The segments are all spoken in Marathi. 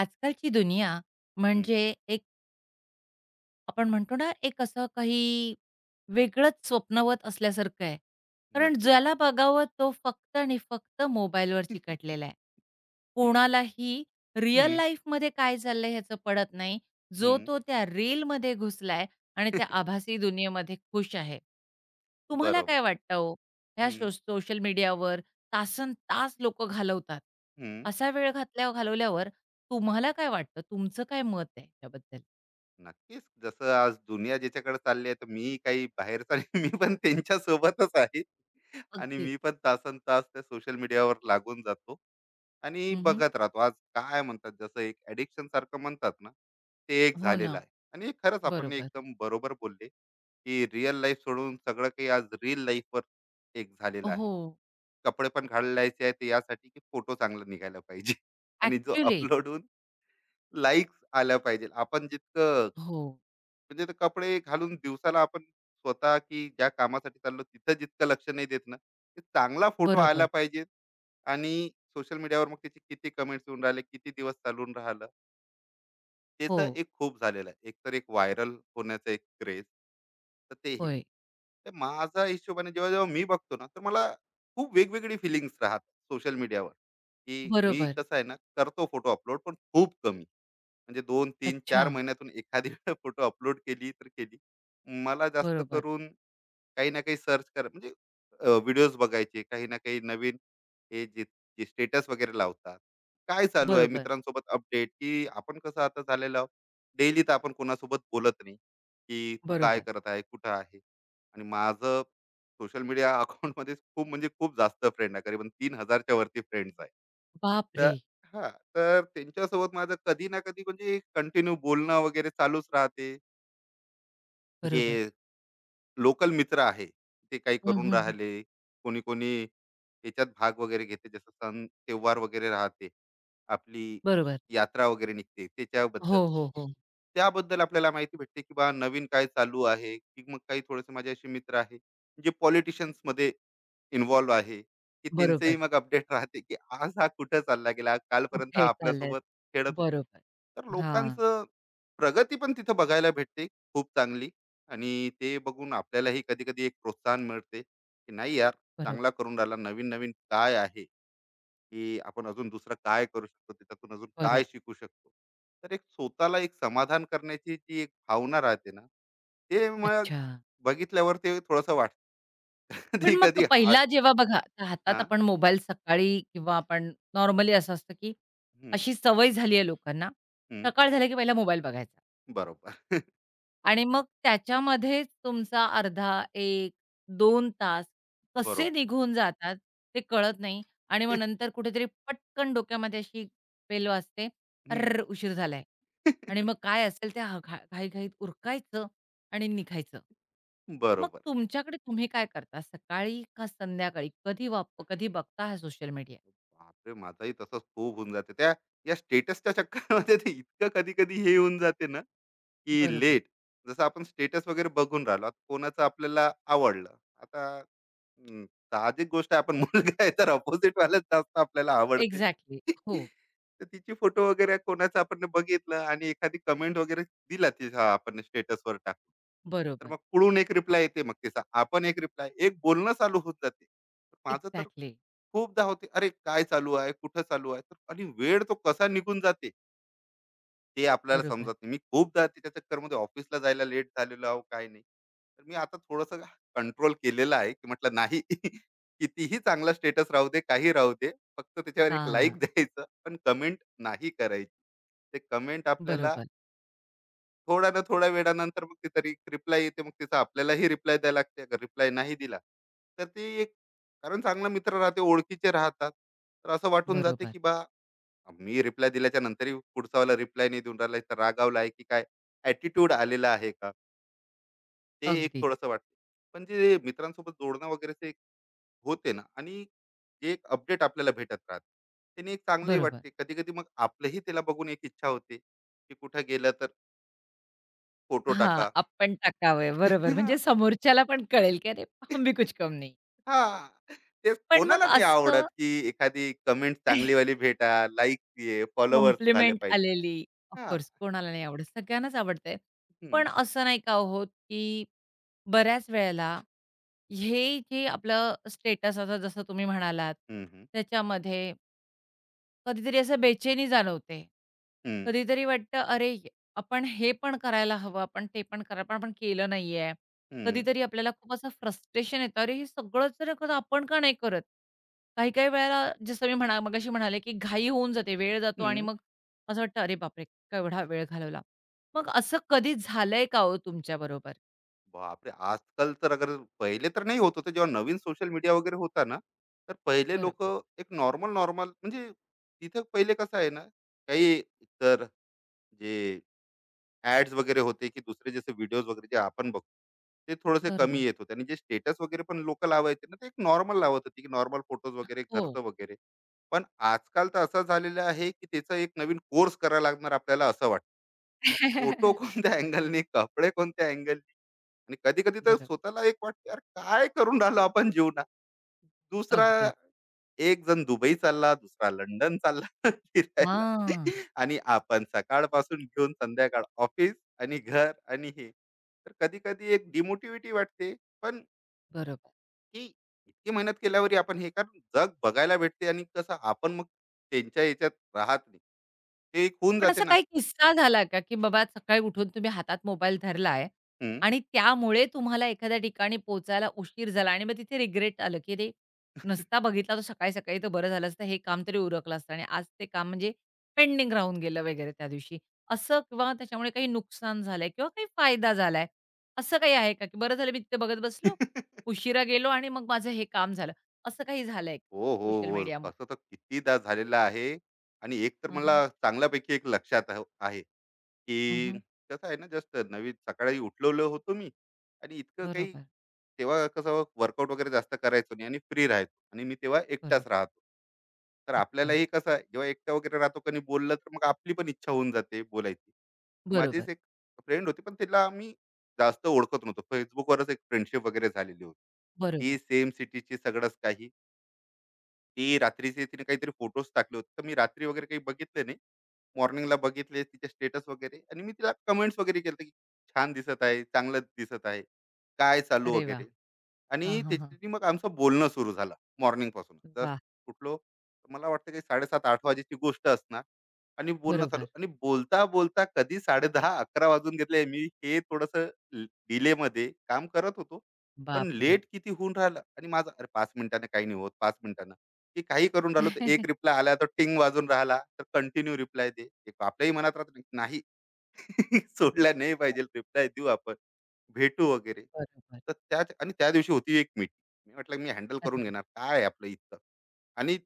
आजकालची दुनिया हं, म्हणजे एक आपण म्हणतो ना, एक असं काही वेगळंच स्वप्नवत असल्यासारखं आहे. कारण नक्कीच. ज्याला बघावं तो फक्त आणि फक्त मोबाईलवर चिकटलेला आहे. कोणालाही रिअल हं, लाईफमध्ये काय चाललंय ह्याचं पडत नाही. जो हं. तो त्या रीलमध्ये घुसलाय आणि त्या आभासी दुनियेमध्ये खुश आहे. तुम्हाला बरोबर. काय वाटतं हो? ह्या हं, सोशल मीडियावर तासनतास लोकं घालवतात. हं. असा वेळ घालवल्यावर तुम्हाला काय वाटतं? तुमचं काय मत आहे त्याबद्दल? नक्कीच. जसं आज दुनिया ज्याच्याकडे चालली आहे, तर मी काही बाहेरचा नाही. मी पण त्यांच्या सोबतच आहे, आणि अगदीच. मी पण तासनतास त्या सोशल मीडियावर लागून जातो आणि बघत राहतो. आज काय म्हणतात, जसं एक ॲडिक्शन सारखं म्हणतात ना, ते एक हो झालेलं ना, आहे. आणि खरंच आपण बरोबर. एकदम बरोबर बोलले, की रिअल लाईफ सोडून सगळं काही आज रील लाईफवर एक झालेलं आहे. हो, कपडे पण घालायचे आहेत ते यासाठी, की फोटो चांगला निघायला पाहिजे आणि जो ॲक्चुअली अपलोड होऊन लाईक्स आल्या पाहिजे. आपण जितकं, हो, म्हणजे ते कपडे घालून दिवसाला आपण स्वतः की ज्या कामासाठी चाललो तिथं जितकं लक्ष नाही देत ना, ते चांगला फोटो आला बरोबर. पाहिजे. आणि सोशल मीडियावर मग त्याचे किती कमेंट्स येऊन राहिले, किती दिवस चालून राहिलं, हो, त्याचं एक खूप झालेलं आहे. एक तर एक व्हायरल होण्याचं एक क्रेज, तर तेही. होय, तर माझा हिशोबाने जेव्हा जेव्हा मी बघतो ना, तर मला खूप वेगवेगळी फिलिंग्स राहतात सोशल मीडियावर. की मी बरोबर. कसं आहे ना, करतो फोटो अपलोड पण खूप कमी. म्हणजे 2, 3, अच्छा, 4 महिन्यातून एखादी फोटो अपलोड केली तर केली. मला जास्त बरोबर, करून काही ना काही सर्च कर, म्हणजे व्हिडिओज बघायचे काही ना काही नवीन. हे जे जे स्टेटस वगैरे लावतात, काय चालू आहे बरोबर, मित्रांसोबत अपडेट, की आपण कसं आता झालेलं आहोत. डेली तर आपण कोणासोबत बोलत नाही, की तू काय बरोबर. करत आहे, कुठं आहे. आणि माझं सोशल मीडिया अकाउंटमध्ये खूप, म्हणजे खूप जास्त फ्रेंड आहे. करीबन 3,000च्या वरती फ्रेंड्स आहे. तर बापरे! हा तर त्यांच्यासोबत माझं कधी ना कधी, म्हणजे कंटिन्यू बोलणं वगैरे चालूच राहते. बरोबर. जे लोकल मित्र आहे, ते काही हं, हं, करून हं. राहिले. कोणी, कोणी याच्यात भाग वगैरे घेते. जसं सण त्योहार वगैरे राहते, आपली बरोबर. यात्रा वगैरे निघते त्याच्याबद्दल. हो, हो, हो, त्याबद्दल आपल्याला माहिती भेटते, की बा नवीन काय चालू आहे. की मग काही थोडेसे माझे असे मित्र आहे, जे पॉलिटिशियन्समध्ये इन्व्हॉल्व आहे, की त्यांचंही बरोबर. मग अपडेट राहते, की आज हा कुठं चालला गेला, कालपर्यंत हा कुठे चाललेत. आपल्यासोबत खेळत होता. बरोबर. तर हां, लोकांचं प्रगती पण तिथं बघायला भेटते खूप चांगली. आणि ते बघून आपल्यालाही कधी-कधी एक प्रोत्साहन मिळते, की नाही यार, बरोबर, चांगला करून राहिला. नवीन-नवीन काय आहे, की आपण अजून दुसरं काय करू शकतो, त्याच्यातून अजून काय बरोबर. शिकू शकतो. तर एक स्वतःला एक समाधान करण्याची जी एक भावना राहते ना, ते मग अच्छा. बघितल्यावर ते थोडंसं वाटतं. पण मग कधी-कधी हात. पहिला जेव्हा बघा, आता हातात हां. आपण मोबाईल सकाळी किंवा आपण नॉर्मली असं असतं, की हं, अशी सवय झाली आहे लोकांना, हं. सकाळ झाली की पहिला मोबाईल बघायचा. बरोबर. आणि मग त्याच्यामध्येच तुमचा अर्धा, एक, दोन तास कसे बरोबर. निघून जातात ते कळत नाही आणि मग नंतर कुठेतरी पटकन डोक्यामध्ये अशी बेल वाजते, हं. "अर्रर्र! उशीर झालाय." आणि मग काय असेल त्या ह घा घाईघाईत उरकायचं आणि निघायचं. मग बरोबर. तुमच्याकडे तुम्ही काय करता? सकाळी का संध्याकाळी? कधी बघता हा सोशल मीडिया? बापरे! माझाही तसंच खूप होऊन जाते. त्या या स्टेटसच्या चक्करमध्ये ते इतकं कधी-कधी हे होऊन जाते ना, की बरोबर. लेट. जसं आपण स्टेटस वगैरे बघून राहिलो आता, कोणाचं आपल्याला आवडलं आता. हम्म, साहजिक गोष्ट आहे, आपण मुलगा आहे तर अपोजिट वालाच जास्त आपल्याला आवडते. एक्झॅक्टली. हो. तर तिची फोटो वगैरे कोणाचं आपण बघितलं आणि एखादी कमेंट वगैरे दिला तिचा, आपण स्टेटसवर टाकून. तर बरोबर. मग कुळून एक रिप्लाय येते, मग तिचा आपण एक रिप्लाय, एक बोलणं चालू होत जाते. तर माझं तर एक्झॅक्टली. खूपदा होते, अरे काय चालू आहे, कुठं चालू आहे. तर आणि वेळ तो कसा निघून जाते, ते आपल्याला बरोबर. समजत नाही. मी खूपदा त्याच्या चक्करमध्ये ऑफिसला जायला लेट झालेलो आहो, काही नाही. तर मी आता थोडंसं कंट्रोल केलेलं आहे, की म्हटलं नाही, कितीही चांगला स्टेटस राहू दे, काही राहू दे, फक्त त्याच्यावर एक लाइक हां. द्यायचं, पण कमेंट नाही करायची. ते कमेंट आपल्याला बरोबर. थोड्या ना थोड्या वेळानंतर मग, ते तरी रिप्लाय येते. मग तिचा आपल्यालाही रिप्लाय द्यायला लागते. अगर रिप्लाय नाही दिला, तर ते एक, कारण चांगला मित्र राहते, ओळखीचे राहतात. तर असं वाटून जाते, बरोबर. की बा, मी रिप्लाय दिल्याच्या नंतरही पुढचावाला रिप्लाय नाही देऊन राहिला, तर रागावला आहे की काय, ॲटिट्यूड आलेला आहे का, ते एक अगदीच. थोडंसं वाटते. पण जे मित्रांसोबत जोडणं वगैरे ते एक होते ना, आणि जे एक अपडेट आपल्याला भेटत राहते, त्याने एक चांगलंही बरोबर. वाटते कधी कधी. मग आपलंही त्याला बघून एक इच्छा होते, की कुठं गेलं तर फोटो हां, टाका. आपण टाकावे. बरोबर. म्हणजे समोरच्याला पण कळेल, की "अरे, हम भी कुछ कम नहीं." हा, ते पण मग कोणाला नाही आवडत, असं की एखादी कमेंट चांगलीवाली भेटा, लाईक, फॉलोअर्स झाले कॉम्प्लिमेंट पाहिजे. आलेली. ऑफ हा. कोर्स कोणाला नाही आवडत. सगळ्यांनाच आवडते. हम्म. पण असं नाही का होत, की बऱ्याच वेळेला हे जे आपलं स्टेटस आता जसं तुम्ही म्हणालात, हम्म. त्याच्यामध्ये कधीतरी असं बेचैनी जाणवते. हम्म. कधीतरी वाटतं, "अरे, आपण हे पण करायला हवं, आपण ते पण करा पण आपण केलं नाहीये." हम्म. कधीतरी आपल्याला खूप असं फ्रस्ट्रेशन येतं, "अरे, हे सगळंच जर का आपण का नाही करत?" काही-काही वेळेला जसं मी म्हणा मगाशी म्हणाले, की घाई होऊन जाते, वेळ जातो आणि हम्म. मग असं वाटतं, "अरे बापरे! केवढा वेळ घालवला." मग असं कधी झालंय का हो तुमच्याबरोबर? बापरे! आजकाल तर, अगर पहिले तर नाही होत होतं. जेव्हा नवीन सोशल मीडिया वगैरे होता ना, तर पहिले लोक बरोबर, एक नॉर्मल-नॉर्मल, म्हणजे तिथं पहिले कसं आहे ना, काही, तर जे ॲड्स वगैरे होते, की दुसरे जसे व्हिडिओज वगैरे जे आपण बघतो, ते थोडेसे बरोबर. कमी बरोबर येत होते. आणि जे स्टेटस वगैरे पण लोकं लावायचे ना, ते एक नॉर्मल लावत होते, की नॉर्मल फोटोज वगैरे हो. घरचं वगैरे. पण आजकाल तर असं झालेलं आहे, की त्याचा एक नवीन कोर्स करावा लागणार आपल्याला, असं वाटतं, की फोटो कोणत्या अँगलनी, कपडे कोणत्या अँगलनी. आणि कधी कधी तर बरोबर. स्वतःला एक वाटतं, यार काय करून राहिलो आपण जीवनात. दुसरा अगदीच. एक जण दुबई चालला, दुसरा लंडन चालला फिरायला, हां, आणि आपण सकाळपासून घेऊन संध्याकाळ ऑफिस आणि घर, आणि हे तर कधी कधी एक डिमोटिव्हिटी वाटते. पण, बरोबर. की इतकी मेहनत केल्यावर आपण हे, कारण जग बघायला भेटते आणि कसं आपण मग त्यांच्या याच्यात राहत नाही, ते एक होऊन पण जाते असा ना. काही किस्सा झाला का, की बाबा सकाळी उठून तुम्ही हातात मोबाईल धरलाय हम्म. आणि त्यामुळे तुम्हाला एखाद्या ठिकाणी पोहोचायला उशीर झाला आणि मग तिथे रिग्रेट आलं, की "अरे, नसता बघितला तर सकाळी-सकाळी तर बरं झालं असतं. हे काम तरी उरकलं असतं आणि आज ते काम म्हणजे पेंडिंग राहून गेलं वगैरे त्या दिवशी." असं किंवा त्याच्यामुळे काही नुकसान झालंय किंवा काही फायदा झालाय, असं काही आहे का, की "बरं झालं मी तिथे बघत बसलो, उशिरा गेलो आणि मग माझं हे काम झालं." असं काही झालंय हो, हो, सोशल हो. मीडियामुळे? तसं तर कितीदा झालेलं आहे. आणि एक तर हं, हं. मला चांगल्यापैकी एक लक्षात आहे आहे, की कसं आहे ना, जस्ट नवीन सकाळी उठलेलो होतो मी आणि इतकं काही. बरोबर, तेव्हा कसं वर्कआउट वगैरे जास्त करायचो नाही आणि फ्री राहायचो, आणि मी तेव्हा एकटाच बरोबर. राहतो. तर अच्छा. आपल्यालाही कसं आहे, जेव्हा एकटा वगैरे राहतो, कोणी बोललं तर मग आपली पण इच्छा होऊन जाते बोलायची. तर माझीच बरोबर, एक फ्रेंड होती, पण तिला आम्ही जास्त ओळखत नव्हतो. Facebookवरच एक फ्रेंडशिप वगैरे झालेली होती. ती बरोबर. सेम सिटीची सगळंच काही. ती रात्रीचे तिने काहीतरी फोटोज टाकले होते. तर मी रात्री वगैरे काही बघितले नाही. मॉर्निंगला बघितले तिचे स्टेटस वगैरे, आणि मी तिला कमेंट्स वगैरे केलते, की छान दिसत आहे, चांगलं दिसत आहे, काय चालू अरे वा, वगैरे. हां, आणि हां, हां. त्याच्यानी मग आमचं बोलणं सुरू झालं मॉर्निंग पासून. जस्ट वाह! उठलो, तर मला वाटतं काही 7:30-8:00 वाजेची गोष्ट असणार. आणि बोलणं चालू, बरोबर. आणि बोलता-बोलता कधी 10:30-11:00 वाजून घेतले. मी हे थोडंसं ल डिलेमध्ये काम करत होतो. पण बापरे! लेट किती होऊन राहिलं, आणि माझं अरे 5 मिनिटानं काही नाही होत, 5 मिनिटानं. की काही करून राहिलो, तर एक रिप्लाय आला तर टिंग वाजून राहिला, तर कंटिन्यू रिप्लाय दे. एक आपल्याही मनात राहतं नाही. सोडला नाही पाहिजे रिप्लाय देऊ आपण, भेटू वगैरे. बरोबर. तर त्या, आणि त्या दिवशी होती एक मीटिंग. मी म्हटलं मी हँडल करून अरे! घेणार, काय आहे आपलं इतकं? आणि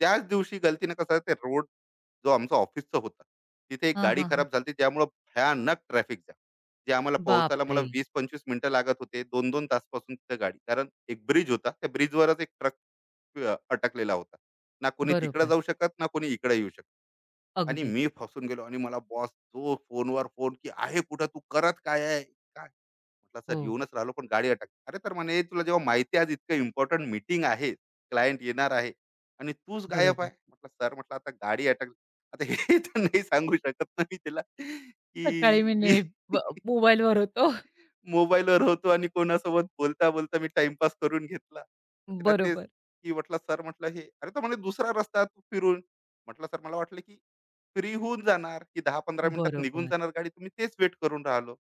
त्याच दिवशी गलतीनं कसं आहे, ते रोड जो आमचा ऑफिसचा होता, तिथे एक हां, गाडी हां, हां. खराब झाली होती ज्यामुळं भयानक ट्रॅफिक जाम. जे आम्हाला पोहोचायला मला बापरे! 20-25 मिनिटं लागत होते, 2-2 तासपासून तिथं गाडी. कारण एक ब्रिज होता, त्या ब्रिजवरच एक ट्रक अटकलेला होता. ना कोणी तिकडे बरोबर. जाऊ शकत, ना कोणी इकडे येऊ शकत. आणि अगदीच. मी फसून गेलो, आणि मला बॉस जो फोनवर फोन, की "आहे कुठं? तू करत काय आहे?" काय, म्हटलं सर, हो, येऊनच राहिलो पण गाडी अटक. अरे, तर म्हणे तुला जेव्हा माहिती आहे आज इतकं इम्पॉर्टंट मीटिंग आहे, क्लायंट येणार आहे, आणि तूच गायब बरोबर. आहे. म्हटलं सर, म्हटलं आता गाडी अटक. आता हे तर नाही सांगू शकत ना मी तिला, की सकाळी मी मी नेट मोबाईलवर होतो. मोबाईलवर होतो आणि कोणासोबत बोलता बोलता मी टाइमपास करून घेतला. तर तिला तेच बरोबर, की, म्हटलं सर, म्हटलं हे, अरे तर म्हणे दुसरा रस्ता तू फिरून. म्हटलं सर मला वाटलं की फ्री होऊन जाणार, की 10-15 मिनिटात निघून बरोबर. जाणार गाडी, तुम्ही तेच वेट करून राहिलो.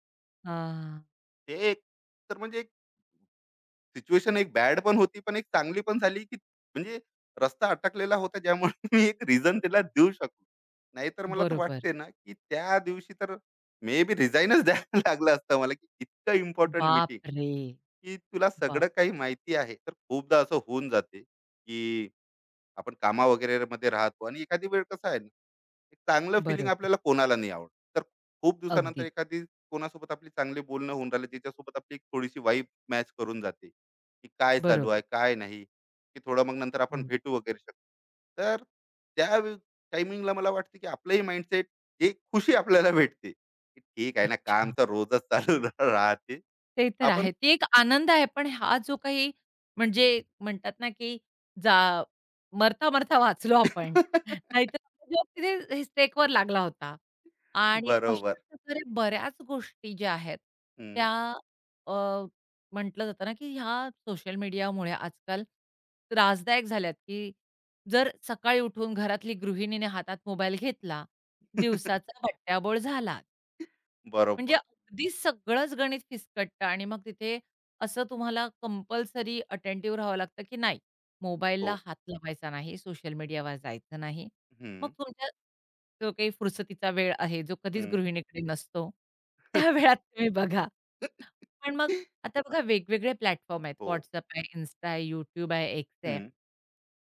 हां, ते एक, तर म्हणजे एक सिच्युएशन एक बॅड पण होती, पण एक चांगली पण झाली, की म्हणजे रस्ता अटकलेला होता, ज्यामुळे मी एक रिझन त्याला देऊ शकलो. नाहीतर मला तर बरोबर. वाटते ना, की त्या दिवशी तर मे बी रिझाइनच द्यायला लागलं असतं मला, की इतकं इम्पोर्टंट मीटिंग, बापरे! की तुला सगळं काही बापरे! माहिती आहे. तर खूपदा असं होऊन जाते, की आपण कामा वगैरे मध्ये राहतो, आणि एखादी वेळ कसं आहे ना, एक चांगलं फिलिंग बरोबर. आपल्याला कोणाला नाही आवडत. तर खूप दिवसानंतर अगदीच. एखादी कोणासोबत आपली चांगली बोलणं होऊन राहिलं, ज्याच्यासोबत आपली एक थोडीशी वाईब मॅच करून जाते, की काय चालू आहे बरोबर. काय नाही, की थोडं मग नंतर आपण हो. भेटू वगैरे शकतो. तर त्या टायमिंगला मला वाटतं, की आपलंही माइंडसेट एक खुशी आपल्याला भेटते, की ठीक आहे ना, काम अच्छा. तर रोजच चालू राहते ते तर आपण. आहे. ती एक आनंद आहे. पण हा जो काही म्हणजे हम्म. म्हणतात ना, की जा मरता-मरता वाचलो आपण. नाहीतर जॉब तिथे स्टेकवर लागला होता. आणि बरोबर. अशाच प्रकारे बऱ्याच गोष्टी ज्या आहेत हम्म. त्या अ, म्हटलं जातं ना, की ह्या सोशल मीडियामुळे आजकाल त्रासदायक झाल्यात, की जर सकाळी उठून घरातली गृहिणीने हातात मोबाईल घेतला दिवसाचा बट्ट्याबोळ झाला. म्हणजे बरोबर. अगदी सगळंच गणित फिसकटतं आणि मग तिथे असं तुम्हाला कंपल्सरी अटेंटिव्ह राहावं लागतं, की नाही हो. मोबाईलला हात लावायचा नाही, सोशल मीडियावर जायचं नाही. मग हं, तुमच्या जो काही फुरसतीचा वेळ आहे, जो कधीच हं. गृहिणीकडे नसतो, त्या वेळात तुम्ही बघा. पण मग आता बघा वेगवेगळे प्लॅटफॉर्म आहेत. हो. WhatsApp आहे, Insta आहे, YouTube आहे, X आहे. हं,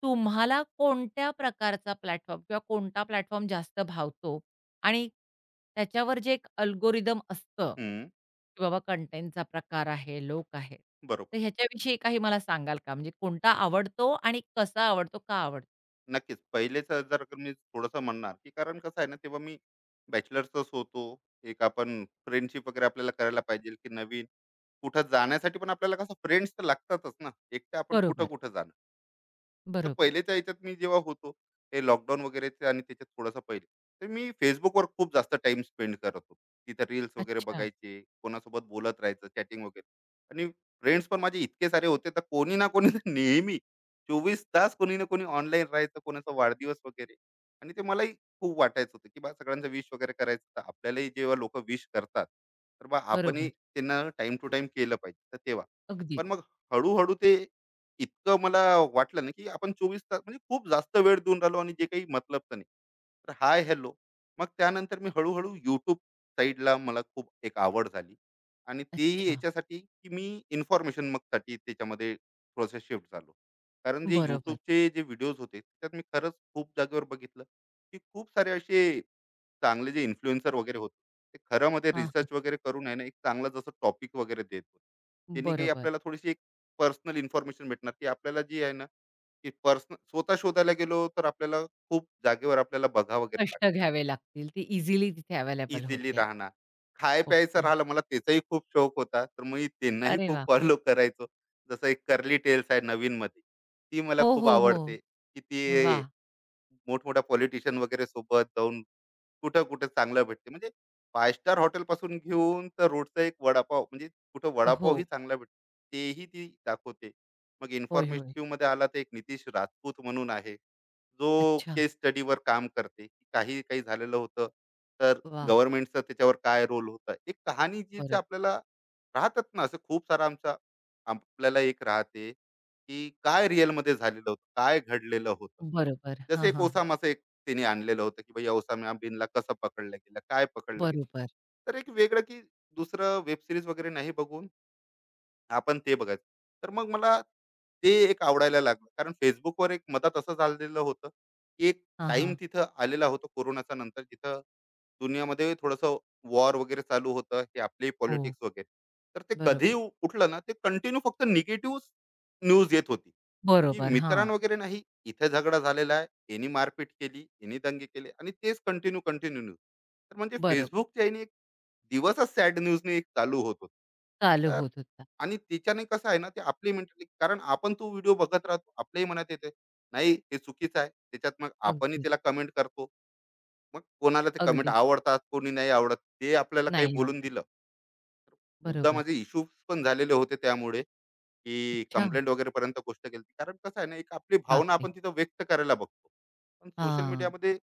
तुम्हाला कोणत्या प्रकारचा प्लॅटफॉर्म किंवा कोणता प्लॅटफॉर्म जास्त भावतो? आणि त्याच्यावर जे एक अल्गोरिदम असतं, हं. की बाबा कंटेंटचा प्रकार आहे, लोक आहेत. बरोबर. तर ह्याच्याविषयी काही मला सांगाल का? म्हणजे कोणता आवडतो आणि कसा आवडतो, का आवडतो? नक्कीच. पहिलेचं जर का मी थोडंसं म्हणणार, की कारण कसं आहे ना, तेव्हा मी बॅचलर्सच होतो. एक आपण फ्रेंडशिप वगैरे आपल्याला करायला पाहिजे, की नवीन कुठं जाण्यासाठी पण आपल्याला कसं फ्रेंड्स तर लागतातच ना. एकटं आपण बरोबर, कुठं-कुठं जाणार. तर बरोबर. पहिलेच्या याच्यात मी जेव्हा होतो, हे लॉकडाऊन वगैरेचे, आणि त्याच्यात थोडासा पहिले तर मी फेसबुकवर खूप जास्त टाइम स्पेंड करत होतो. तिथे रील्स वगैरे अच्छा. बघायचे, कोणासोबत बोलत राहायचं चॅटिंग वगैरे. आणि फ्रेंड्स पण माझे इतके सारे होते तर कोणी ना कोणी नेहमी 24 तास कोणी ना कोणी ऑनलाईन राहायचं, कोणाचा वाढदिवस वगैरे. आणि ते मलाही खूप वाटायचं होतं, की बा सगळ्यांचं विश वगैरे करायचं, तर आपल्यालाही जेव्हा लोक विश करतात, तर बा आपणही बरोबर. त्यांना टाइम टू टाइम केलं पाहिजे, तर तेव्हा. अगदीच. पण मग हळूहळू ते इतकं मला वाटलं ना, की आपण 24 तास म्हणजे खूप जास्त वेळ देऊन राहिलो, आणि जे काही मतलब तर नाही, तर हाय हॅलो. मग त्यानंतर मी हळूहळू यूट्यूब साईडला मला खूप एक आवड झाली, आणि तेही अच्छा. याच्यासाठी की मी इन्फॉर्मेशन मग साठी त्याच्यामध्ये थोडंसं शिफ्ट झालो. कारण जे बरोबर. यूट्यूबचे जे व्हिडिओज होते, त्यात मी खरंच खूप जागेवर बघितलं, की खूप सारे असे चांगले जे इन्फ्लुएन्सर वगैरे होते, ते खरं मध्ये हां, हां. रिसर्च वगैरे करून आहे ना, एक चांगला जसं टॉपिक वगैरे देत होते. त्यांनी काही बरोबर. आपल्याला थोडीशी एक पर्सनल इन्फॉर्मेशन भेटणार, की आपल्याला जी आहे ना, की पर्सनल स्वतः शोधायला गेलो तर आपल्याला खूप जागेवर आपल्याला बघावं वगैरे लागतं. कष्ट घ्यावे लागतील. ती इझिली तिथे अवेलेबल इझिली होते. राहणार. खाय प्यायचं ओके. राहिलं मला, त्याचाही खूप शौक होता, तर मी त्यांनाही अरे खूप वाह! फॉलो करायचो. जसं एक कर्ली टेल्स आहे नवीन मध्ये, ती मला हो, खूप हो, हो. आवडते, की ती वाह! मोठमोठ्या पॉलिटिशियन वगैरे सोबत जाऊन कुठं कुठे चांगलं भेटते. म्हणजे फाय स्टार हॉटेल पासून घेऊन तर रोडचा एक वडापाव म्हणजे, कुठं वडापावही हो. चांगला भेटतो, तेही ती दाखवते. मग होय, होय. इन्फॉर्मेटिव्ह मध्ये आला तर एक नितीश राजपूत म्हणून आहे, जो अच्छा. केस स्टडीवर काम करते, की काही काही झालेलं होतं, तर वाह! गव्हर्नमेंटचा त्याच्यावर काय रोल होता, एक कहाणी जी जी बरोबर. आपल्याला राहतात ना, असं खूप सारा आमचा. आपल्याला एक राहते की काय रिअलमध्ये झालेलं होतं, काय घडलेलं होतं. बरोबर. जसे हां, एक हां, हां. ओसामाचं एक तिने आणलेलं होतं, की भाई औसामा बिनला कसं पकडलं गेलं, काय पकडलं गेलं. बरोबर. तर एक वेगळं की दुसरं वेब सिरीज वगैरे नाही बघून आपण ते बघायचं. तर मग मला ते एक आवडायला लागलं. कारण फेसबुकवर एक मधात असं झालेलं होतं, की एक हां, टाइम हां. तिथं आलेला होता, कोरोनाच्या नंतर, जिथं दुनियामध्ये थोडंसं वॉर वगैरे चालू होतं, हे आपली हो. पॉलिटिक्स वगैरे, तर ते कधी बरोबर. उठलं ना, ते कंटिन्यू फक्त निगेटिव्ह न्यूज येत होती, की बरोबर. मित्रां हां. वगैरे नाही, इथे झगडा झालेला आहे, यांनी मारपीट केली, यांनी दंगे केले, आणि तेच कंटिन्यू कंटिन्यू न्यूज. तर म्हणजे बरोबर. फेसबुकच्या याने एक दिवसच सॅड न्यूजने एक चालू होत चालू होता तर. होत होता. आणि त्याच्याने कसं आहे ना, ते आपली मेंटली, कारण आपण तो व्हिडिओ बघत राहतो, आपल्याही मनात येते नाही हे चुकीचं आहे. त्याच्यात मग आपणही अगदीच, त्याला कमेंट करतो. मग कोणाला ते कमेंट अगदीच. आवडतात, कोणी नाही आवडत, ते आपल्याला काही नाही बोलून आवडत. दिलं. खूपदा बरोबर. माझे इश्यूज पण झालेले होते त्यामुळे, की अच्छा. कंप्लेंट वगैरेपर्यंत गोष्ट गेली. कारण कसं आहे ना, एक आपली भावना बापरे! आपण तिथं व्यक्त करायला बघतो. पण सोशल हां. मीडियामध्ये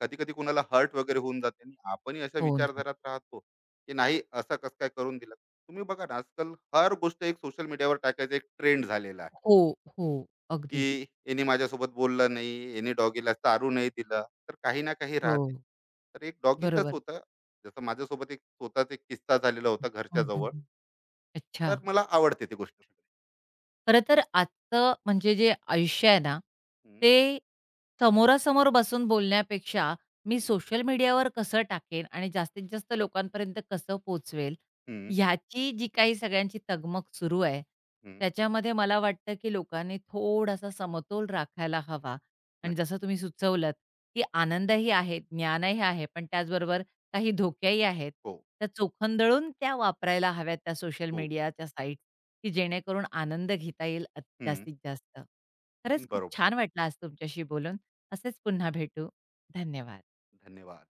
कधी-कधी कोणाला हर्ट वगैरे होऊन जाते, आणि आपणही अशा होऊन जातं. विचारधारात राहतो, की नाही असं कसं काय करून दिलं. तुम्ही बघा ना, आजकाल हर गोष्ट एक सोशल मीडियावर टाकायचा एक ट्रेंड झालेला आहे, हो, हो. अगदीच. की "याने माझ्यासोबत बोललं नाही, याने डॉगीला चारू नाही दिलं." तर काही ना काही हो. राहते. तर एक डॉगीचंच बरोबर. होतं. जसं माझ्यासोबत एक स्वतःच एक किस्सा झालेला होता घरच्या हं, हं, जवळ. हं. अच्छा. तर मला आवडते ती गोष्ट. खरं तर आजचं म्हणजे जे आयुष्य आहे ना, हं, ते समोरासमोर बसून बोलण्यापेक्षा मी हं. सोशल मीडियावर कसं टाकेन आणि जास्तीत जास्त लोकांपर्यंत कसं पोहोचवेल, हं, ह्याची जी काही सगळ्यांची तगमग सुरू आहे, हं. त्याच्यामध्ये मला वाटतं की लोकांनी थोडासा समतोल राखायला हवा आणि नक्की. जसं तुम्ही सुचवलंत, की आनंदही आहे, ज्ञानही आहे, पण त्याचबरोबर काही धोक्याही आहेत, हो, त्या चोखंदळून त्या वापरायला हव्यात त्या सोशल खूप. मीडियाच्या साइट, की जेणेकरून आनंद घेता येईल हं, जास्तीत जास्त. खरंच खूप बरोबर. छान वाटलं आज तुमच्याशी बोलून. असेच पुन्हा भेटू. धन्यवाद. धन्यवाद.